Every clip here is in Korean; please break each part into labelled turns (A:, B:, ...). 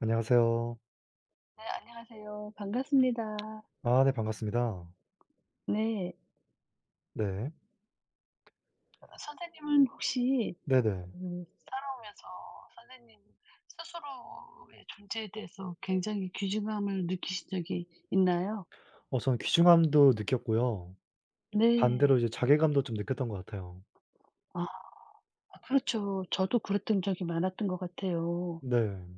A: 안녕하세요.
B: 네 안녕하세요. 반갑습니다.
A: 아 네 반갑습니다.
B: 네.
A: 네.
B: 선생님은 혹시
A: 네네.
B: 살아오면서 선생님 스스로의 존재에 대해서 굉장히 귀중함을 느끼신 적이 있나요?
A: 어 저는 귀중함도 느꼈고요.
B: 네.
A: 반대로 이제 자괴감도 좀 느꼈던 것 같아요.
B: 아 그렇죠. 저도 그랬던 적이 많았던 것 같아요.
A: 네.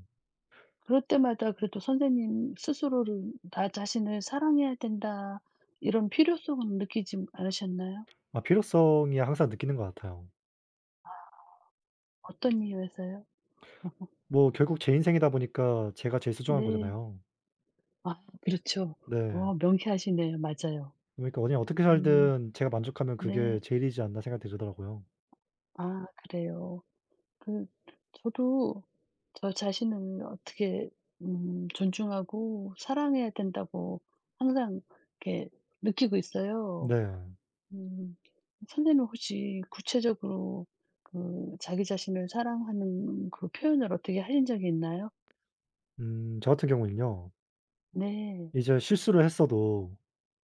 B: 그럴 때마다 그래도 선생님 스스로를 '나 자신을 사랑해야 된다.' 이런 필요성은 느끼지 않으셨나요?
A: 아 필요성이 항상 느끼는 것 같아요.
B: 어떤 이유에서요?
A: 뭐 결국 제 인생이다 보니까 제가 제일 소중한
B: 네.
A: 거잖아요.
B: 아 그렇죠.
A: 네.
B: 명쾌하시네요. 맞아요.
A: 그러니까 그냥 어떻게
B: 음
A: 살든 제가 만족하면 그게
B: 네.
A: 제일이지 않나 생각이 들더라고요.
B: 아 그래요. 그 저도 저 자신을 어떻게 존중하고 사랑해야 된다고 항상 이렇게 느끼고 있어요.
A: 네.
B: 음 선생님 혹시 구체적으로 그 자기 자신을 사랑하는 그 표현을 어떻게 하신 적이 있나요?
A: 저 같은 경우에는요.
B: 네.
A: 이제 실수를 했어도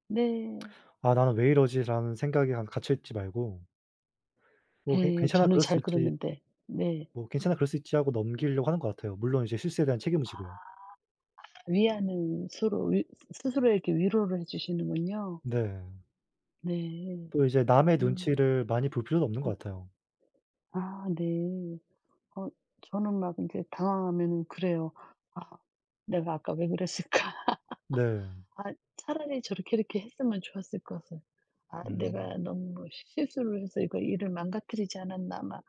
B: 네.
A: '아 나는 왜 이러지?'라는 생각에 한 갇혀 있지 말고 뭐 '괜
B: 네
A: '괜찮아.
B: 저는
A: 그럴 수
B: 잘
A: 있지.'
B: 그러는데. 네.
A: 뭐 '괜찮아. 그럴 수 있지.' 하고 넘기려고 하는 것 같아요. 물론 이제 실수에 대한 책임을 지고요.
B: 위안을 서로 위 스스로에게 위로를 해 주시는군요.
A: 네.
B: 네.
A: 또 이제 남의
B: 음.
A: 눈치를 많이 볼 필요도 없는 것 같아요.
B: 아 네. 어 저는 막 이제 당황하면은 그래요. '아 내가 아까 왜 그랬을까?
A: 네.
B: 아 차라리 저렇게 이렇게 했으면 좋았을 것을. 아
A: 음.
B: 내가 너무 실수를 해서 이거 일을 망가뜨리지 않았나.' 막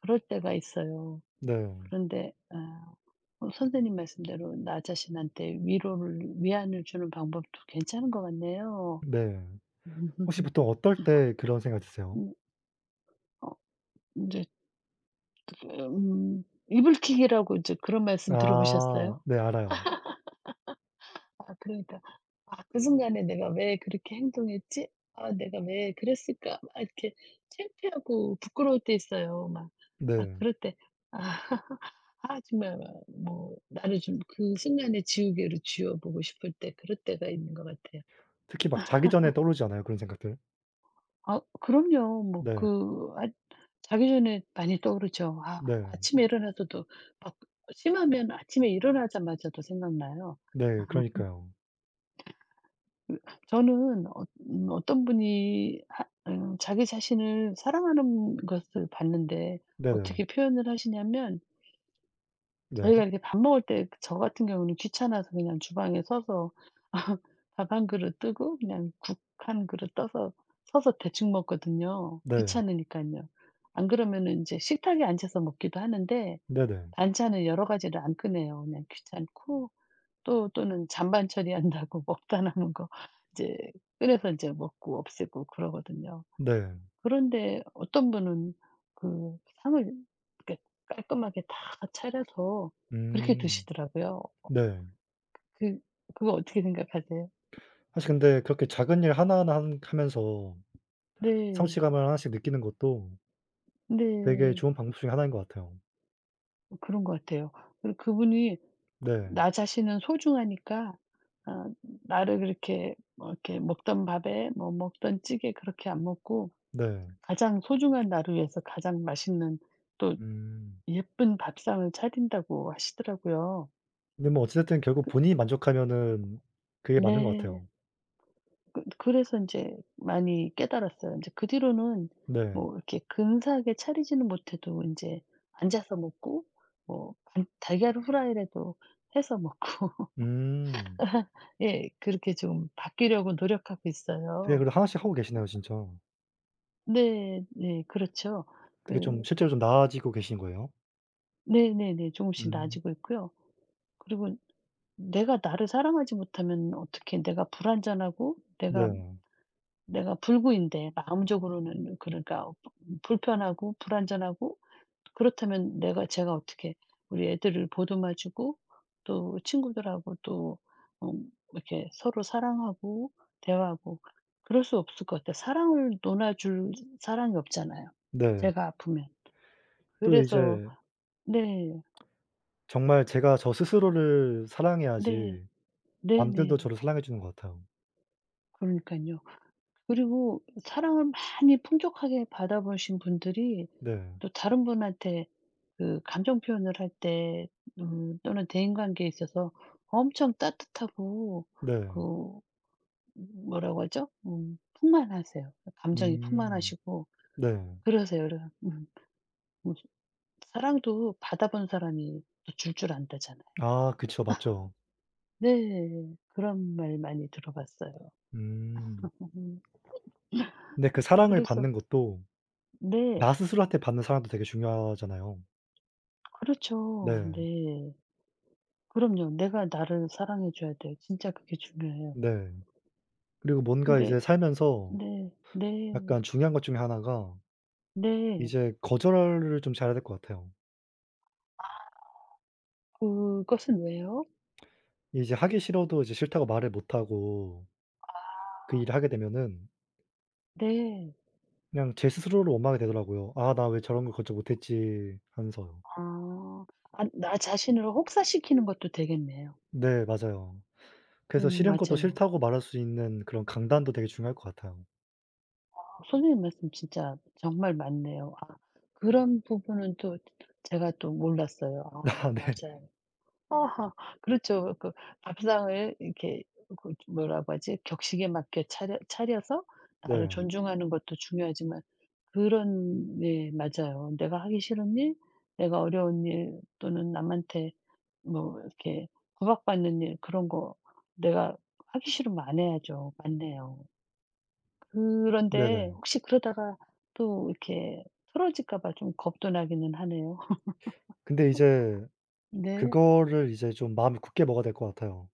B: 그럴 때가 있어요.
A: 네.
B: 그런데 아 선생님 말씀대로 나 자신한테 위로를 위안을 주는 방법도 괜찮은 것 같네요.
A: 네. 혹시 보통 어떨 때 그런 생각 드세요?
B: 음어제음 이불킥이라고 이제 그런 말씀 들어보셨어요?
A: 아 네 알아요.
B: 아 그러니까 '아 그 순간에 내가 왜 그렇게 행동했지? 아 내가 왜 그랬을까?' 막 이렇게 창피하고 부끄러울 때 있어요. 막 아
A: 네.
B: 그럴 때 아 아 정말 막 뭐 나를 좀 그 순간의 지우개로 지워 보고 싶을 때 그럴 때가 있는 것 같아요.
A: 특히 막 자기 전에 떠오르지 않아요, 그런 생각들?
B: 아 그럼요. 뭐
A: 네.
B: 그 아 자기 전에 많이 떠오르죠. 아
A: 네.
B: 아침에 일어나서도 막 심하면 아침에 일어나자마자도 생각나요.
A: 네. 그러니까요.
B: 그 저는 어떤 분이 하 자기 자신을 사랑하는 것을 봤는데
A: 네네.
B: 어떻게 표현을 하시냐면
A: 네.
B: 저희가 이렇게 밥 먹을 때 저 같은 경우는 귀찮아서 그냥 주방에 서서 밥 한 그릇 뜨고 그냥 국 한 그릇 떠서 서서 대충 먹거든요, 귀
A: 네.
B: 찮으니까요 안 그러면은 제 식탁에 앉아서 먹기도 하는데
A: 네네.
B: 반찬은 여러 가지를 안 꺼내요. 그냥 귀찮고 또 또는 잔반 처리한다고 먹다 남은 거 이제 끓여서 이제 먹고 없애고 그러거든요.
A: 네.
B: 그런데 어떤 분은 그 상을 이렇게 깔끔하게 다 차려서 그렇게
A: 음.
B: 드시더라고요. 어
A: 네.
B: 그 그거 어떻게 생각하세요?
A: 사실 근데 그렇게 작은 일 하나하나 한 하면서
B: 네.
A: 성취감을 하나씩 느끼는 것도 되게
B: 네.
A: 좋은 방법 중에 하나인 것 같아요.
B: 그런 것 같아요. 그리고 그분이
A: 네.
B: 나 자신은 소중하니까 아 나를 그렇게 뭐 이렇게 먹던 밥에 뭐 먹던 찌개 그렇게 안 먹고
A: 네.
B: 가장 소중한 나를 위해서 가장 맛있는 또
A: 음.
B: 예쁜 밥상을 차린다고 하시더라고요.
A: 근데 뭐 어찌 됐든 결국 본인이 만족하면은 그게 맞는 것
B: 네.
A: 같아요.
B: 그래서 인제 많이 깨달았어요. 인제 그 뒤로는
A: 네.
B: 뭐 이렇게 근사하게 차리지는 못해도 인제 앉아서 먹고 뭐 간 달걀 후라이라도 해서 먹고
A: 음.
B: 예 그렇게 좀 바뀌려고 노력하고
A: 되게
B: 있어요.
A: 그래도 하나씩 하고 계시네요 진짜.
B: 네. 네. 그렇죠.
A: 되게 좀
B: 그
A: 실제로 좀 나아지고 계신 거예요?
B: 네네네. 조금씩
A: 음.
B: 나아지고 있고요. 그리고 내가 나를 사랑하지 못하면 어떻게 내가 불완전하고 내가
A: 네.
B: 내가 불구인데 마음적으로는 그러니까 불편하고 불완전하고 그렇다면 내가 제가 어떻게 우리 애들을 보듬어 주고 또 친구들하고 또 이렇게 서로 사랑하고 대화하고 그럴 수 없을 것 같아요. 사랑을 논아 줄 사람이 없잖아요,
A: 네.
B: 제가 아프면.
A: 또
B: 그래서
A: 이제
B: 네.
A: 정말 제가 저 스스로를
B: 네.
A: 사랑해야지
B: 네
A: 남들도
B: 네.
A: 저를 사랑해 주는 것 같아요.
B: 그러니까요 그리고 사랑을 많이 풍족하게 받아보신 분들이
A: 네.
B: 또 다른 분한테 그 감정 표현을 할 때 또는 대인 관계에 있어서 엄청 따뜻하고
A: 네.
B: 그 뭐라고 하죠? 풍만하세요. 감정이
A: 음.
B: 풍만하시고
A: 네.
B: 그러세요. 그래 음 사랑도 받아본 사람이 또 줄 안다잖아요.
A: 아 그쵸. 맞죠.
B: 네. 그런 말 많이 들어봤어요.
A: 음.
B: 음.
A: 근데 그 사랑을
B: 그래서
A: 받는 것도
B: 네.
A: 나 스스로한테 받는 사랑도 되게 중요하잖아요.
B: 그렇죠.
A: 네.
B: 네. 그럼요. 내가 나를 사랑해 줘야 돼요. 진짜 그게 중요해요.
A: 네. 그리고 뭔가
B: 근데
A: 이제 살면서
B: "네. 네.
A: 약간 중요한 것 중에 하나가
B: 네.
A: 이제 거절을 좀 잘해야 될 것 같아요.
B: 그것은 왜요?
A: 이제 하기 싫어도 이제 싫다고 말을 못 하고 그 일을 하게 되면은
B: 네.
A: 그냥 제 스스로를 원망하게 되더라고요. '아 나 왜 저런 걸 거절 못 했지.' 하면서요.
B: 아." 아 나 자신을 혹사시키는 것도 되겠네요.
A: 네 맞아요. 그래서 싫은 것도
B: 맞아요.
A: 싫다고 말할 수 있는 그런 강단도 되게 중요할 것 같아요.
B: 아 선생님 말씀 진짜 정말 맞네요. 아 그런 부분은 또 제가 또 몰랐어요. 아
A: 아 네.
B: 맞아요. 아 그렇죠. 그 밥상을 이렇게 뭐라고 하지? 격식에 맞게 차려서 나를
A: 네.
B: 존중하는 것도 중요하지만 그런 네 맞아요. 내가 하기 싫은 일, 내가 어려운 일 또는 남한테 뭐 이렇게 구박받는 일 그런 거 내가 하기 싫으면 안 해야죠. 맞네요. 그런데
A: 네네.
B: 혹시 그러다가 또 이렇게 틀어질까 봐 좀 겁도 나기는 하네요.
A: 근데 이제
B: 네.
A: 그거를 이제 좀 마음을 굳게 먹어야 될 것 같아요.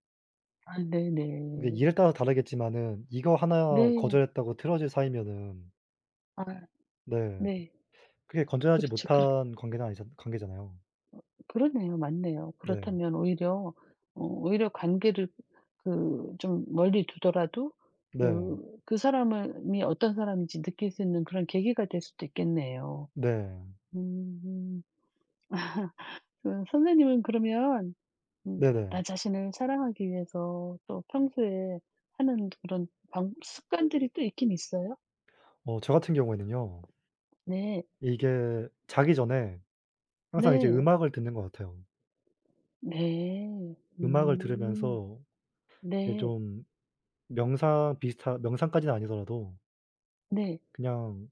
B: 아 네네.
A: 이게 일에 따라 다르겠지만은 이거 하나
B: 네.
A: 거절했다고 틀어질 사이면은
B: 아
A: 네
B: 네.
A: 그게 건전하지
B: 그렇죠. 그렇
A: 못한 관계는 아니잖 관계잖아요.
B: 그러네요. 맞네요.
A: 네.
B: 그렇다면 오히려 오히려 관계를 그 좀 멀리 두더라도
A: 네.
B: 그 사람이 어떤 사람인지 느낄 수 있는 그런 계기가 될 수도 있겠네요.
A: 네.
B: 음. 선생님은 그러면 음
A: 네네.
B: 나 자신을 사랑하기 위해서 또 평소에 하는 그런 방 습관들이 또 있긴 있어요?
A: 어 저 같은 경우에는요.
B: 네.
A: 이게 자기 전에 항상 이제
B: 네.
A: 음악을 듣는 것 같아요.
B: 네.
A: 음악을
B: 음.
A: 들으면서 이제
B: 네.
A: 좀 명상까지는 아니더라도
B: 네.
A: 그냥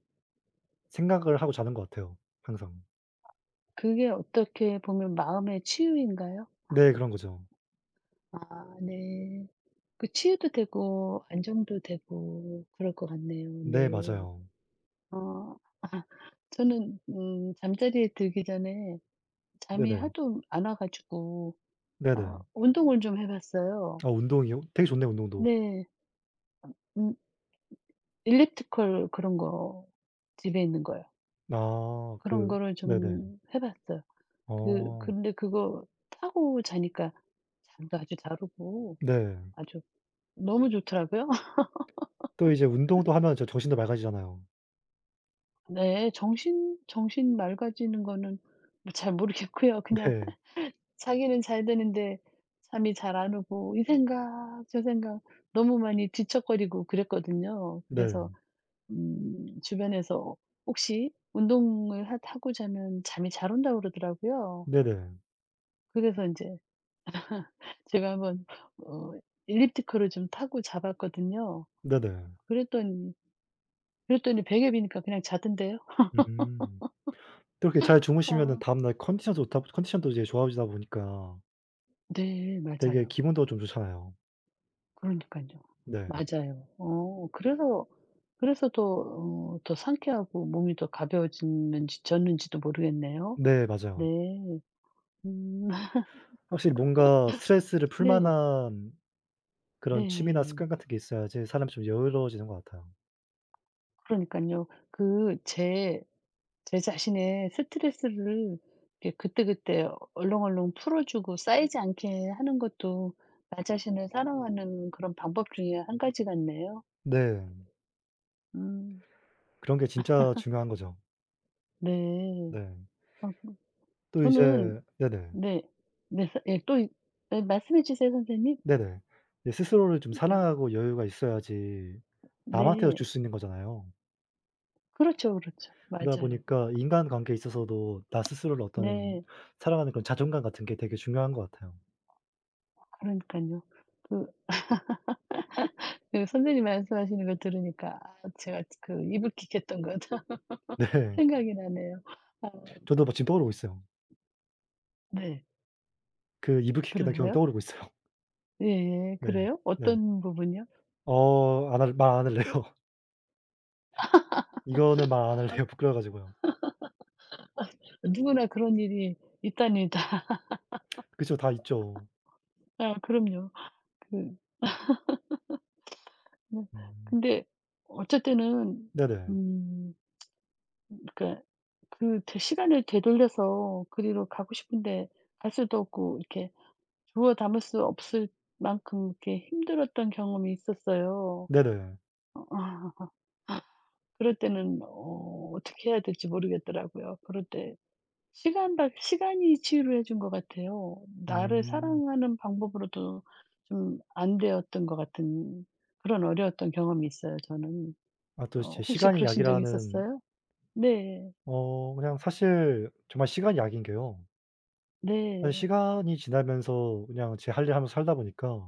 A: 생각을 하고 자는 것 같아요, 항상.
B: 그게 어떻게 보면 마음의 치유인가요?
A: 네 그런 거죠.
B: 아 네. 그 치유도 되고 안정도 되고 그럴 것 같네요.
A: 네
B: 네.
A: 맞아요.
B: 어. 아 저는 잠자리에 들기 전에 잠이
A: 네네.
B: 하도 안 와 가지고 아
A: 네네.
B: 운동을 좀 해 봤어요.
A: 아 운동이요? 되게 좋네요 운동도.
B: 네. 음 일리프티컬 그런 거 집에 있는 거요.
A: 아
B: 그런
A: 그
B: 거를
A: 네네.
B: 좀 해 봤어요.
A: 어
B: 근데 그거 타고 자니까 잠도 아주 잘 오고
A: 네.
B: 아주 너무 좋더라고요.
A: 또 이제 운동도 하면 저 정신도 맑아지잖아요.
B: 네. 정신 맑아지는 거는 뭐잘 모르겠고요. 그냥
A: 네.
B: 자기는 잘 되는데 잠이 잘 안 오고 이 생각 저 생각 너무 많이 뒤척거리고 그랬거든요.
A: 네.
B: 그래서 주변에서 혹시 운동을 하 하고 자면 잠이 잘 온다고 그러더라고요.
A: 네네.
B: 그래서 이제 제가 한번 어 엘리프티컬을 좀 타고 자봤거든요.
A: 네네.
B: 그랬더니 그랬더니 베개 비니까 그냥 자던데요.
A: 음. 또 이렇게 잘 주무시면은
B: 아.
A: 다음날 컨디션도 이제 좋아지다 보니까
B: 네.
A: 되게
B: 맞아요.
A: 기분도 좀 좋잖아요.
B: 그러니깐요.
A: 네.
B: 맞아요. 그래서 그래서 더 상쾌하고 몸이 더 가벼워지는지 졌는지도 모르겠네요.
A: 네
B: 네.
A: 맞아요.
B: 음
A: 확실히 뭔가 스트레스를 풀
B: 네.
A: 만한 그런 취미나
B: 네.
A: 습관 같은 게 있어야지 사람이 좀 여유로워지는 것 같아요.
B: 그러니까요 제 자신의 스트레스를 이렇게 그때그때 얼렁얼렁 풀어 주고 쌓이지 않게 하는 것도 나 자신을 사랑하는 그런 방법 중에 한 가지 같네요.
A: 네.
B: 음
A: 그런 게 진짜 중요한 거죠.
B: 네.
A: 네.
B: 아
A: 또
B: 저는
A: 이제 네네.
B: 네. 네. 서 예 또 이 예 말씀해 주세요 선생님.
A: 네네. 이제 스스로를 좀
B: 네.
A: 사랑하고 여유가 있어야지 남한테도
B: 네.
A: 줄 수 있는 거잖아요.
B: 그렇죠, 그렇죠.
A: 그러다
B: 맞아요.
A: 보니까 인간관계에 있어서도 나 스스로를 어떤
B: 네.
A: 사랑하는 그런 자존감 같은 게 되게 중요한 것 같아요.
B: 그러니깐요. 그 그 선생님 말씀하시는 걸 들으니까 아 제가 그 이불킥 했던 거가
A: 네.
B: 생각이 나네요. 아
A: 저도 막 지금 떠오르고 있어요.
B: 네.
A: 그 이부키키단 경험이
B: 그러세요?
A: 떠오르고 있어요.
B: 예예.
A: 네.
B: 그래요?
A: 네.
B: 어떤 부분이요?
A: 어 안 할래요. 이거는 말 안
B: 아
A: 할래요. 부끄러워 가지고요.
B: 누구나 그런 일이 있답니다.
A: 그쵸. 다 있죠.
B: 아 그럼요. 그 뭐
A: 음.
B: 근데 어쨌든은
A: 네네.
B: 음 그러니까 그 되 시간을 되돌려서 그리로 가고 싶은데 갈 수도 없고 이렇게 주워 담을 수 없을 만큼 이렇게 힘들었던 경험이 있었어요.
A: 네네.
B: 어 그럴 때는 어떻게 해야 될지 모르겠더라고요. 그럴 때 시간이 치유를 해준 것 같아요. 나를
A: 음.
B: 사랑하는 방법으로도 좀 안 되었던 것 같은 그런 어려웠던 경험이 있어요 저는.
A: 아 또 제
B: 혹시
A: 시간이
B: 그러신 적
A: 약이라는
B: 있었어요? 네.
A: 어 그냥 사실 정말 시간이 약인 게요. 사실
B: 네.
A: 시간이 지나면서 그냥 제 할 일 하면서 살다 보니까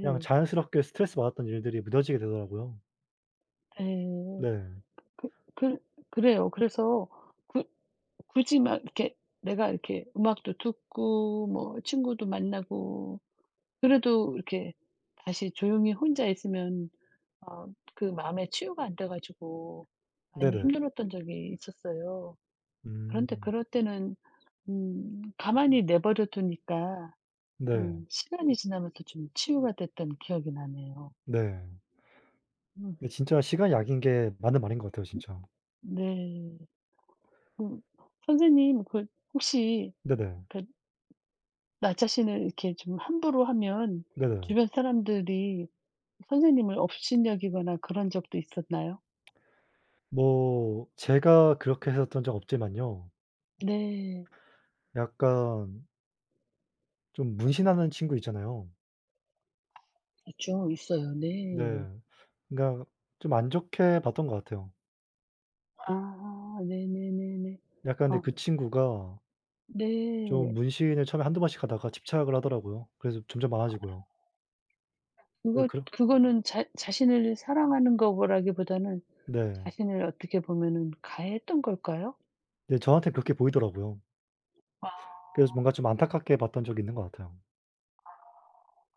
A: 그냥 자연스럽게 스트레스 받았던 일들이 무뎌지게 되더라고요.
B: 네.
A: 네.
B: 그 그 그래요. 그래서 구 굳이 막 이렇게 내가 이렇게 음악도 듣고 뭐 친구도 만나고 그래도 이렇게 다시 조용히 혼자 있으면 어 그 마음에 치유가 안 돼 가지고 많이
A: 네네.
B: 힘들었던 적이 있었어요. 그런데
A: 음.
B: 그럴 때는 가만히 내버려 두니까
A: 네.
B: 음, 시간이 지나면서 좀 치유가 됐던 기억이 나네요.
A: 네.
B: 음.
A: 근데 진짜 시간이 약인 게 맞는 말인 것 같아요 진짜.
B: 네. 음, 선생님 혹시
A: 네네.
B: 그 나 자신을 이렇게 좀 함부로 하면
A: 네네.
B: 주변 사람들이 선생님을 업신여기거나 그런 적도 있었나요?
A: 뭐 제가 그렇게 했었던 적은 없지만요.
B: 네.
A: 약간 좀 문신하는 친구 있잖아요.
B: 있죠. 있어요. 네.
A: 네. 그러니까 좀 안 좋게 봤던 것 같아요.
B: 아 네네네네.
A: 약간 근데
B: 아
A: 그 친구가 좀
B: 네.
A: 문신을 처음에 한두 번씩 하다가 집착을 하더라고요. 그래서 점점 많아지고요. 네
B: 그거
A: 그러
B: 그거는 자 자신을 사랑하는 거라기보다는
A: 네.
B: 자신을 어떻게 보면은 가해했던 걸까요?
A: 네 저한테 그렇게 보이더라고요. 그래서 뭔가 좀 안타깝게 봤던 적이 있는 것 같아요.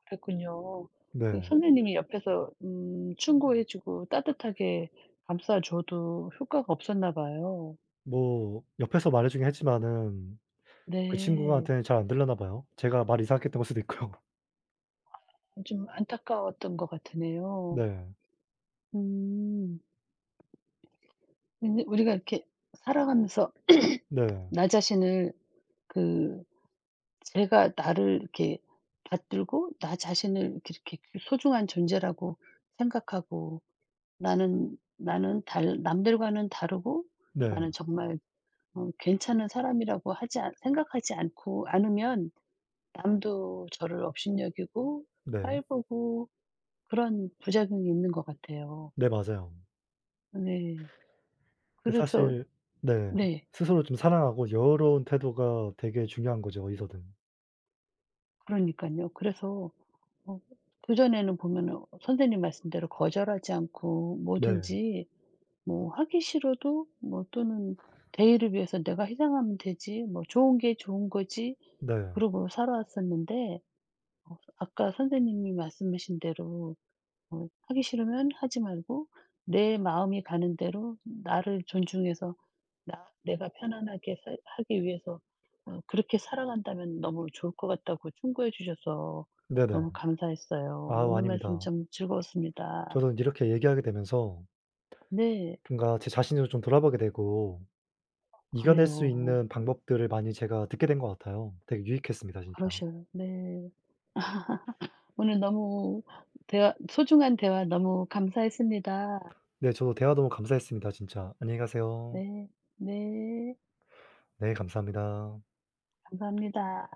B: 그랬군요. 그
A: 네.
B: 선생님이 옆에서 충고해 주고 따뜻하게 감싸 줘도 효과가 없었나 봐요.
A: 뭐 옆에서 말해주긴 했지만은 그
B: 네.
A: 친구한테는 잘 안 들렸나 봐요. 제가 말 이상하게 했던 걸 수도 있고요.
B: 좀 안타까웠던 것 같으네요.
A: 네.
B: 음. 근데 우리가 이렇게 살아가면서
A: 네.
B: 나 자신을 그 제가 나를 이렇게 받들고 나 자신을 이렇게 그 소중한 존재라고 생각하고 나는 달 남들과는 다르고
A: 네.
B: 나는 정말 괜찮은 사람이라고 하지 않 생각하지 않고 않으면 남도 저를 업신여기고
A: 네.
B: 깔보고 그런 부작용이 있는 것 같아요.
A: 네 맞아요.
B: 네.
A: 그
B: 그래서
A: 사실 네.
B: 네.
A: 스스로 좀 사랑하고 여유로운 태도가 되게 중요한 거죠, 어디서든.
B: 그러니깐요. 그래서 어 그전에는 보면은 선생님 말씀대로 거절하지 않고
A: 네.
B: 뭐든지 뭐 하기 싫어도 뭐 또는 '대의를 위해서 내가 희생하면 되지. 뭐 좋은 게 좋은 거지.'
A: 네.
B: 그러고 살아왔었는데 아까 선생님이 말씀하신 대로 하기 싫으면 하지 말고 내 마음이 가는 대로 나를 존중해서 나 내가 편안하게 하기 위해서 그렇게 살아간다면 너무 좋을 것 같다고 충고해 주셔서
A: 네네.
B: 너무 감사했어요.
A: 아우
B: 오늘 말씀
A: 아닙니다.
B: 참 즐거웠습니다.
A: 저도 이렇게 얘기하게 되면서
B: 네.
A: 뭔가 제 자신을 좀 돌아보게 되고 이겨낼 수
B: 그래요.
A: 있는 방법들을 많이 제가 듣게 된 것 같아요. 되게 유익했습니다 진짜.
B: 그러셔요. 네. 오늘 너무 대화 소중한 대화 너무 감사했습니다.
A: 네 저도 대화 너무 감사했습니다 진짜. 안녕히 가세요.
B: 네. 네.
A: 네 감사합니다.
B: 감사합니다.